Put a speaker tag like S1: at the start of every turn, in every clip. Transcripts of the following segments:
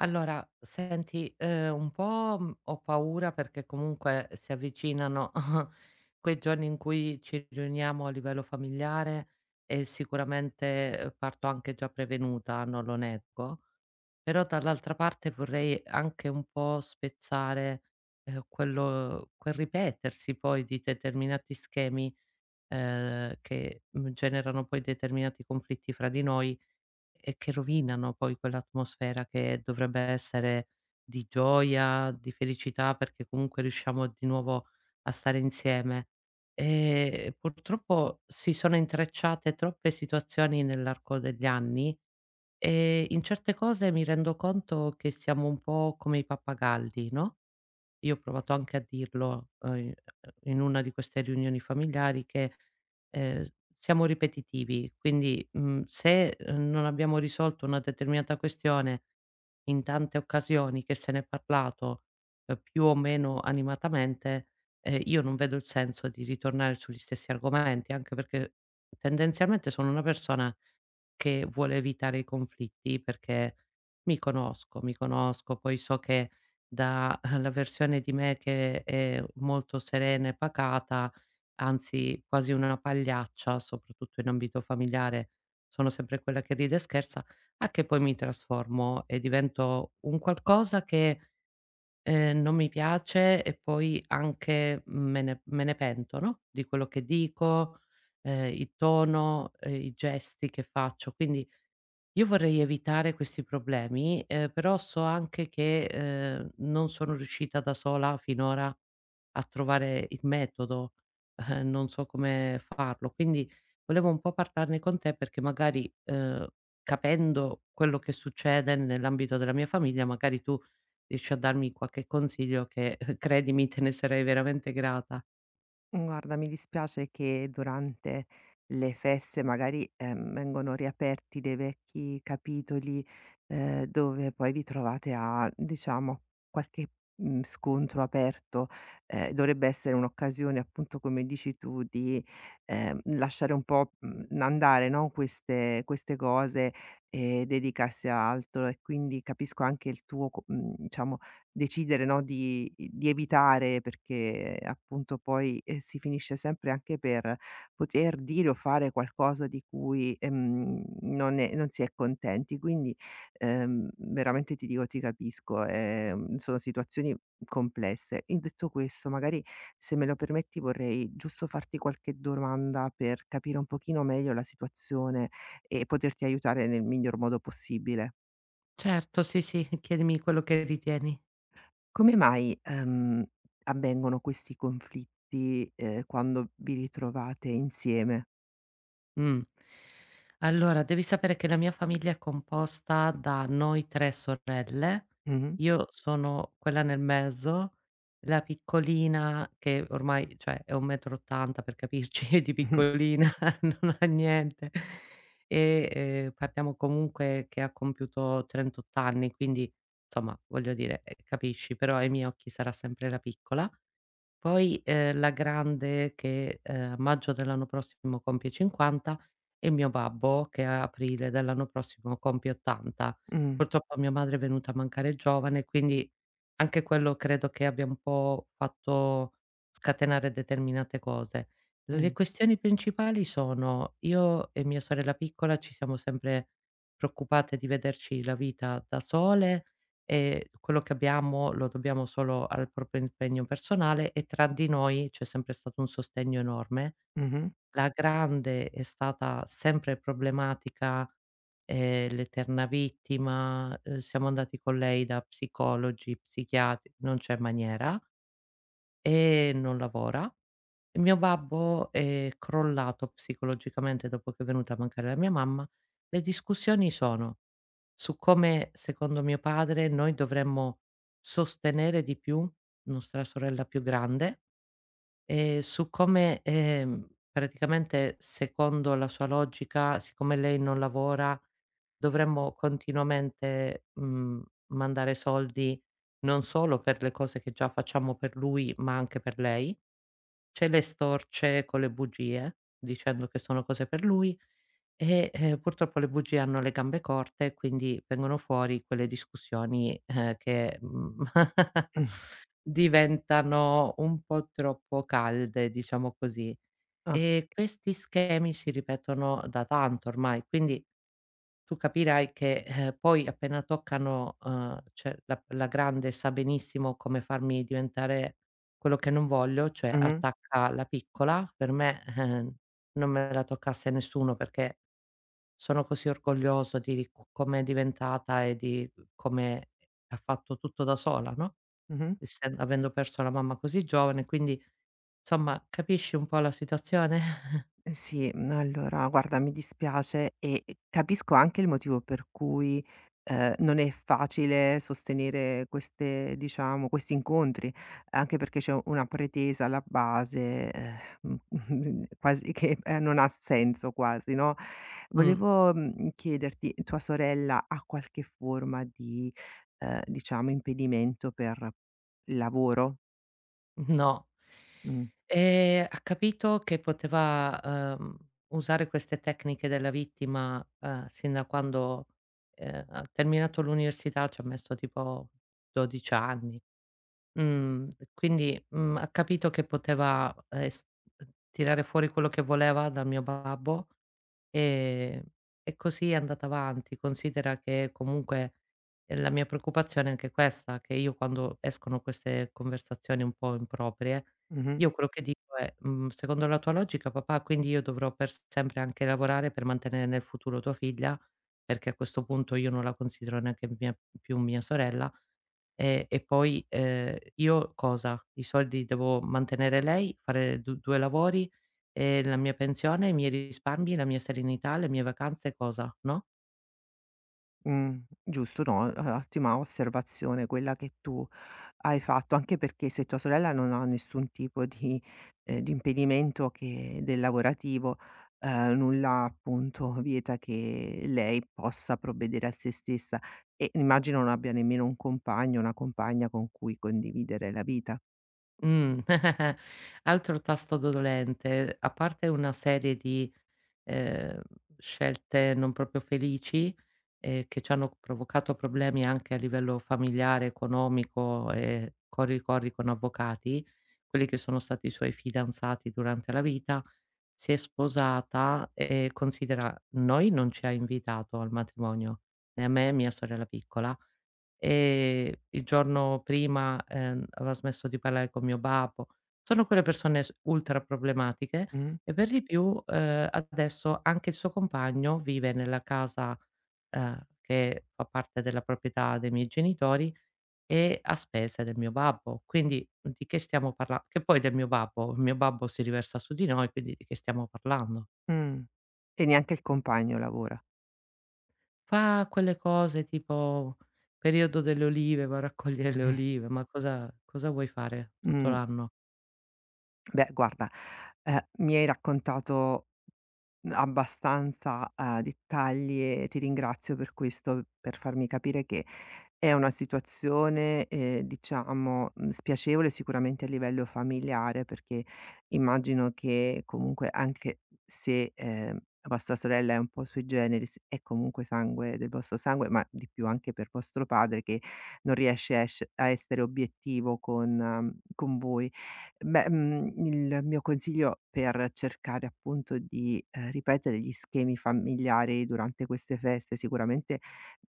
S1: Allora, senti, un po', ho paura perché comunque si avvicinano quei giorni in cui ci riuniamo a livello familiare e sicuramente, parto anche già prevenuta, non lo nego, però dall'altra parte vorrei anche un po' spezzare, quel ripetersi poi di determinati schemi, che, generano poi determinati conflitti fra di noi e che rovinano poi quell'atmosfera che dovrebbe essere di gioia, di felicità, perché comunque riusciamo di nuovo a stare insieme. Purtroppo si sono intrecciate troppe situazioni nell'arco degli anni e in certe cose mi rendo conto che siamo un po' come i pappagalli, no? Io ho provato anche a dirlo, i in una di queste riunioni familiari che, s siamo ripetitivi, quindi, se, non abbiamo risolto una determinata questione in tante occasioni che se n'è parlato, più o meno animatamente, io non vedo il senso di ritornare sugli stessi argomenti, anche perché tendenzialmente sono una persona che vuole evitare i conflitti perché mi conosco, poi so che dalla versione di me che è molto serena e pacata, anzi quasi una pagliaccia, soprattutto in ambito familiare, sono sempre quella che ride e scherza, a che poi mi trasformo e divento un qualcosa che non mi piace e poi anche me ne pento, no? Di quello che dico, il tono, i gesti che faccio. Quindi io vorrei evitare questi problemi, però so anche che, non sono riuscita da sola finora a trovare il metodo, non so come farlo. Quindi volevo un po' parlarne con te perché magari, capendo quello che succede nell'ambito della mia famiglia, magari tu riesci a darmi qualche consiglio che, credimi, te ne sarei veramente grata.
S2: Guarda, mi dispiace che durante le feste magari, vengono riaperti dei vecchi capitoli, dove poi vi trovate a, diciamo, qualche, scontro aperto. Dovrebbe essere un'occasione, appunto, come dici tu, di, lasciare un po', andare, no, queste cose e dedicarsi a altro e quindi capisco anche il tuo diciamo, decidere, no, di evitare perché appunto poi, si finisce sempre anche per poter dire o fare qualcosa di cui, non si è contenti. Quindi, veramente ti dico ti capisco, sono situazioni complesse. In detto questo, magari se me lo permetti vorrei giusto farti qualche domanda per capire un pochino meglio la situazione e poterti aiutare nel miglior modo possibile.
S1: Certo, sì, sì, chiedimi quello che ritieni.
S2: Come mai, avvengono questi conflitti, quando vi ritrovate insieme?
S1: Mh. Allora, devi sapere che la mia famiglia è composta da noi 3 sorelle,
S2: Mh-mh.
S1: io sono quella nel mezzo, la piccolina che ormai cioè è 1,80 m per capirci, di
S2: Mh-mh.
S1: piccolina non ha niente. E, parliamo comunque che ha compiuto 38 anni, quindi insomma, voglio dire, capisci, però ai miei occhi sarà sempre la piccola. Poi, la grande che, a maggio dell'anno prossimo compie 50, e mio babbo che a aprile dell'anno prossimo compie 80. Purtroppo mia madre è venuta a mancare giovane, quindi anche quello credo che abbia un po' fatto scatenare determinate cose. Le
S2: Mh.
S1: questioni principali sono: io e mia sorella piccola ci siamo sempre preoccupate di vederci la vita da sole e quello che abbiamo lo dobbiamo solo al proprio impegno personale, e tra di noi c'è sempre stato un sostegno enorme.
S2: Mh.
S1: La grande è stata sempre problematica, l'eterna vittima, siamo andati con lei da psicologi, psichiatri, non c'è maniera. E non lavora. E mio babbo è crollato psicologicamente dopo che è venuta a mancare la mia mamma. Le discussioni sono su come, secondo mio padre, noi dovremmo sostenere di più nostra sorella più grande. Su come, praticamente secondo la sua logica, siccome lei non lavora, dovremmo continuamente, mandare soldi non solo per le cose che già facciamo per lui, ma anche per lei. Ce le storce con le bugie, dicendo che sono cose per lui e, purtroppo le bugie hanno le gambe corte, e quindi vengono fuori quelle discussioni, che,
S2: Mh.
S1: diventano un po' troppo calde, diciamo così.
S2: Ah.
S1: E questi schemi si ripetono da tanto ormai, quindi tu capirai che, poi appena toccano, cioè la grande sa benissimo come farmi diventare quello che non voglio, cioè
S2: Mh-mh.
S1: attacca la piccola. Per me, non me la toccasse nessuno perché sono così orgoglioso di co come è diventata e di come ha fatto tutto da sola, no,
S2: Mh-mh.
S1: essen avendo perso la mamma così giovane, quindi insomma capisci un po' la situazione?
S2: Eh sì, allora guarda mi dispiace e capisco anche il motivo per cui, non è facile sostenere queste diciamo, questi incontri, anche perché c'è una pretesa alla base, quasi che, non ha senso quasi, no.
S1: Mh.
S2: Volevo, chiederti: tua sorella ha qualche forma di, diciamo impedimento per lavoro?
S1: No.
S2: Mh,
S1: Ha capito che poteva, uhm, usare queste tecniche della vittima, sin da quando, ha terminato l'università, ci ha messo tipo 12 anni. Mhmm, quindi, ha capito che poteva, es tirare fuori quello che voleva dal mio babbo. Ehm, e così è andata avanti. Considera che comunque, la mia preoccupazione è anche questa, che io quando escono queste conversazioni un po' improprie,
S2: mh-mh.
S1: io quello che dico è: Secondo la tua logica papà, quindi io dovrò per sempre anche lavorare per mantenere nel futuro tua figlia, perché a questo punto io non la considero neanche mia più mia sorella. E poi, io cosa? I soldi devo mantenere lei, fare du 2 lavori, la mia pensione, i miei risparmi, la mia serenità, le mie vacanze cosa, no?"
S2: Mh, giusto, no, o ottima osservazione quella che tu hai fatto, anche perché se tua sorella non ha nessun tipo di impedimento che del lavorativo, nulla appunto vieta che lei possa provvedere a se stessa e immagino non abbia nemmeno un compagno, una compagna con cui condividere la vita.
S1: Mh. Altro tasto dolente, a parte una serie di, ehm, scelte non proprio felici, che ci hanno provocato problemi anche a livello familiare, economico, e corri corri con avvocati, quelli che sono stati i suoi fidanzati durante la vita. Si è sposata e considera, noi non ci ha invitato al matrimonio, né a me e mia sorella piccola, il giorno prima, aveva smesso di parlare con mio babbo. Sono quelle persone s ultra problematiche,
S2: Mh,
S1: e per di più, adesso anche il suo compagno vive nella casa, che fa parte della proprietà dei miei genitori e a spese del mio babbo. Quindi di che stiamo parla che poi del mio babbo, il mio babbo si riversa su di noi, quindi di che stiamo parlando?
S2: mh. E neanche il compagno lavora.
S1: Fa quelle cose tipo periodo delle olive, va a raccogliere le olive, ma cosa vuoi fare tutto
S2: Mh,
S1: l'anno?
S2: beh guarda, mi hai raccontato abbastanza, dettagli e ti ringrazio per questo, per farmi capire che è una situazione, diciamo, spiacevole sicuramente a livello familiare, perché immagino che comunque anche se, vostra sorella è un po' sui generis, è comunque sangue del vostro sangue, ma di più anche per vostro padre che non riesce a esce a essere obiettivo con voi. Beh, il mio consiglio per cercare appunto di, ripetere gli schemi familiari durante queste feste, sicuramente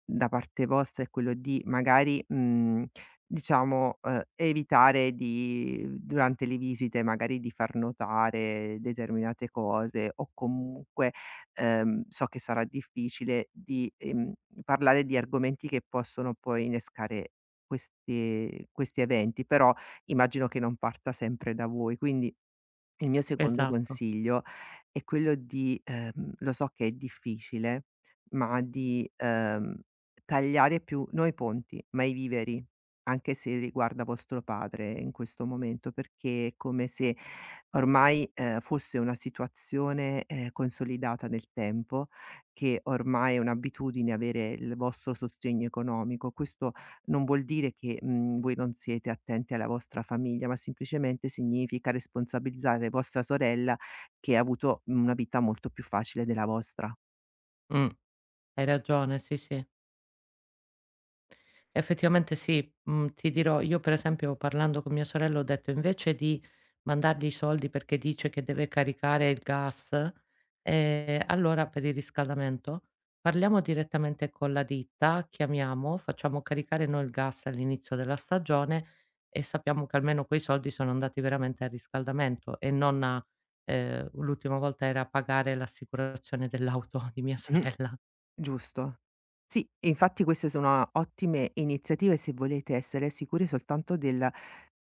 S2: da parte vostra, è quello di magari, diciamo, evitare di durante le visite magari di far notare determinate cose o comunque, so che sarà difficile, di, parlare di argomenti che possono poi innescare questi eventi, però immagino che non parta sempre da voi, quindi il mio secondo
S1: Esatto,
S2: consiglio è quello di lo so che è difficile, ma di, tagliare più no i ponti, ma i viveri, anche se riguarda vostro padre in questo momento, perché è come se ormai, fosse una situazione, consolidata nel tempo, che ormai è un'abitudine avere il vostro sostegno economico. Questo non vuol dire che, voi non siete attenti alla vostra famiglia, ma semplicemente significa responsabilizzare vostra sorella che ha avuto una vita molto più facile della vostra.
S1: mh, hai ragione, sì, sì. Effettivamente sì, ti dirò, io per esempio parlando con mia sorella ho detto: "Invece di mandargli i soldi perché dice che deve caricare il gas, allora per il riscaldamento, parliamo direttamente con la ditta, chiamiamo, facciamo caricare noi il gas all'inizio della stagione e sappiamo che almeno quei soldi sono andati veramente al riscaldamento e non a", l'ultima volta era a pagare l'assicurazione dell'auto di mia sorella.
S2: Giusto. Sì, e infatti queste sono ottime iniziative se volete essere sicuri soltanto del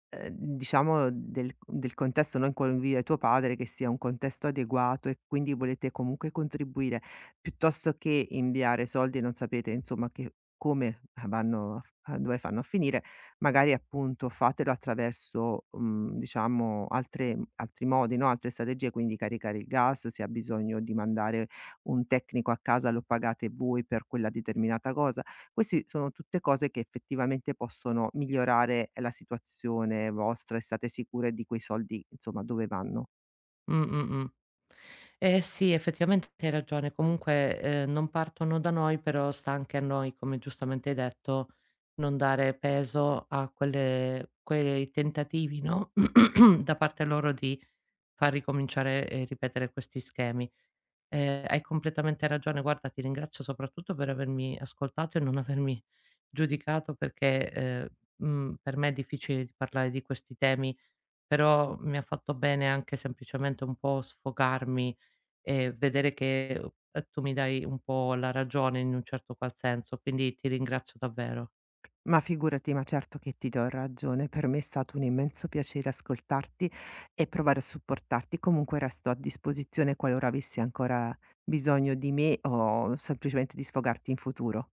S2: diciamo del contesto no, in cui vive tuo padre, che sia un contesto adeguato e quindi volete comunque contribuire, piuttosto che inviare soldi e non sapete insomma che come vanno a f a dove fanno a finire, magari appunto fatelo attraverso, diciamo altre altri modi, no, altre strategie, quindi caricare il gas, se ha bisogno di mandare un tecnico a casa lo pagate voi per quella determinata cosa. Questi sono tutte cose che effettivamente possono migliorare la situazione vostra e state sicure di quei soldi, insomma, dove vanno.
S1: Mh, mh, mh. Eh sì, effettivamente hai ragione. Comunque, non partono da noi, però sta anche a noi, come giustamente hai detto, non dare peso a quelle quei tentativi, no, da parte loro di far ricominciare e ripetere questi schemi. Hai completamente ragione. Guarda, ti ringrazio soprattutto per avermi ascoltato e non avermi giudicato perché, per me è difficile di parlare di questi temi, però mi ha fatto bene anche semplicemente un po' sfogarmi e vedere che, tu mi dai un po' la ragione in un certo qual senso, quindi ti ringrazio davvero.
S2: Ma figurati, ma certo che ti do ragione. Per me è stato un immenso piacere ascoltarti e provare a supportarti. Comunque resto a disposizione qualora avessi ancora bisogno di me o semplicemente di sfogarti in futuro.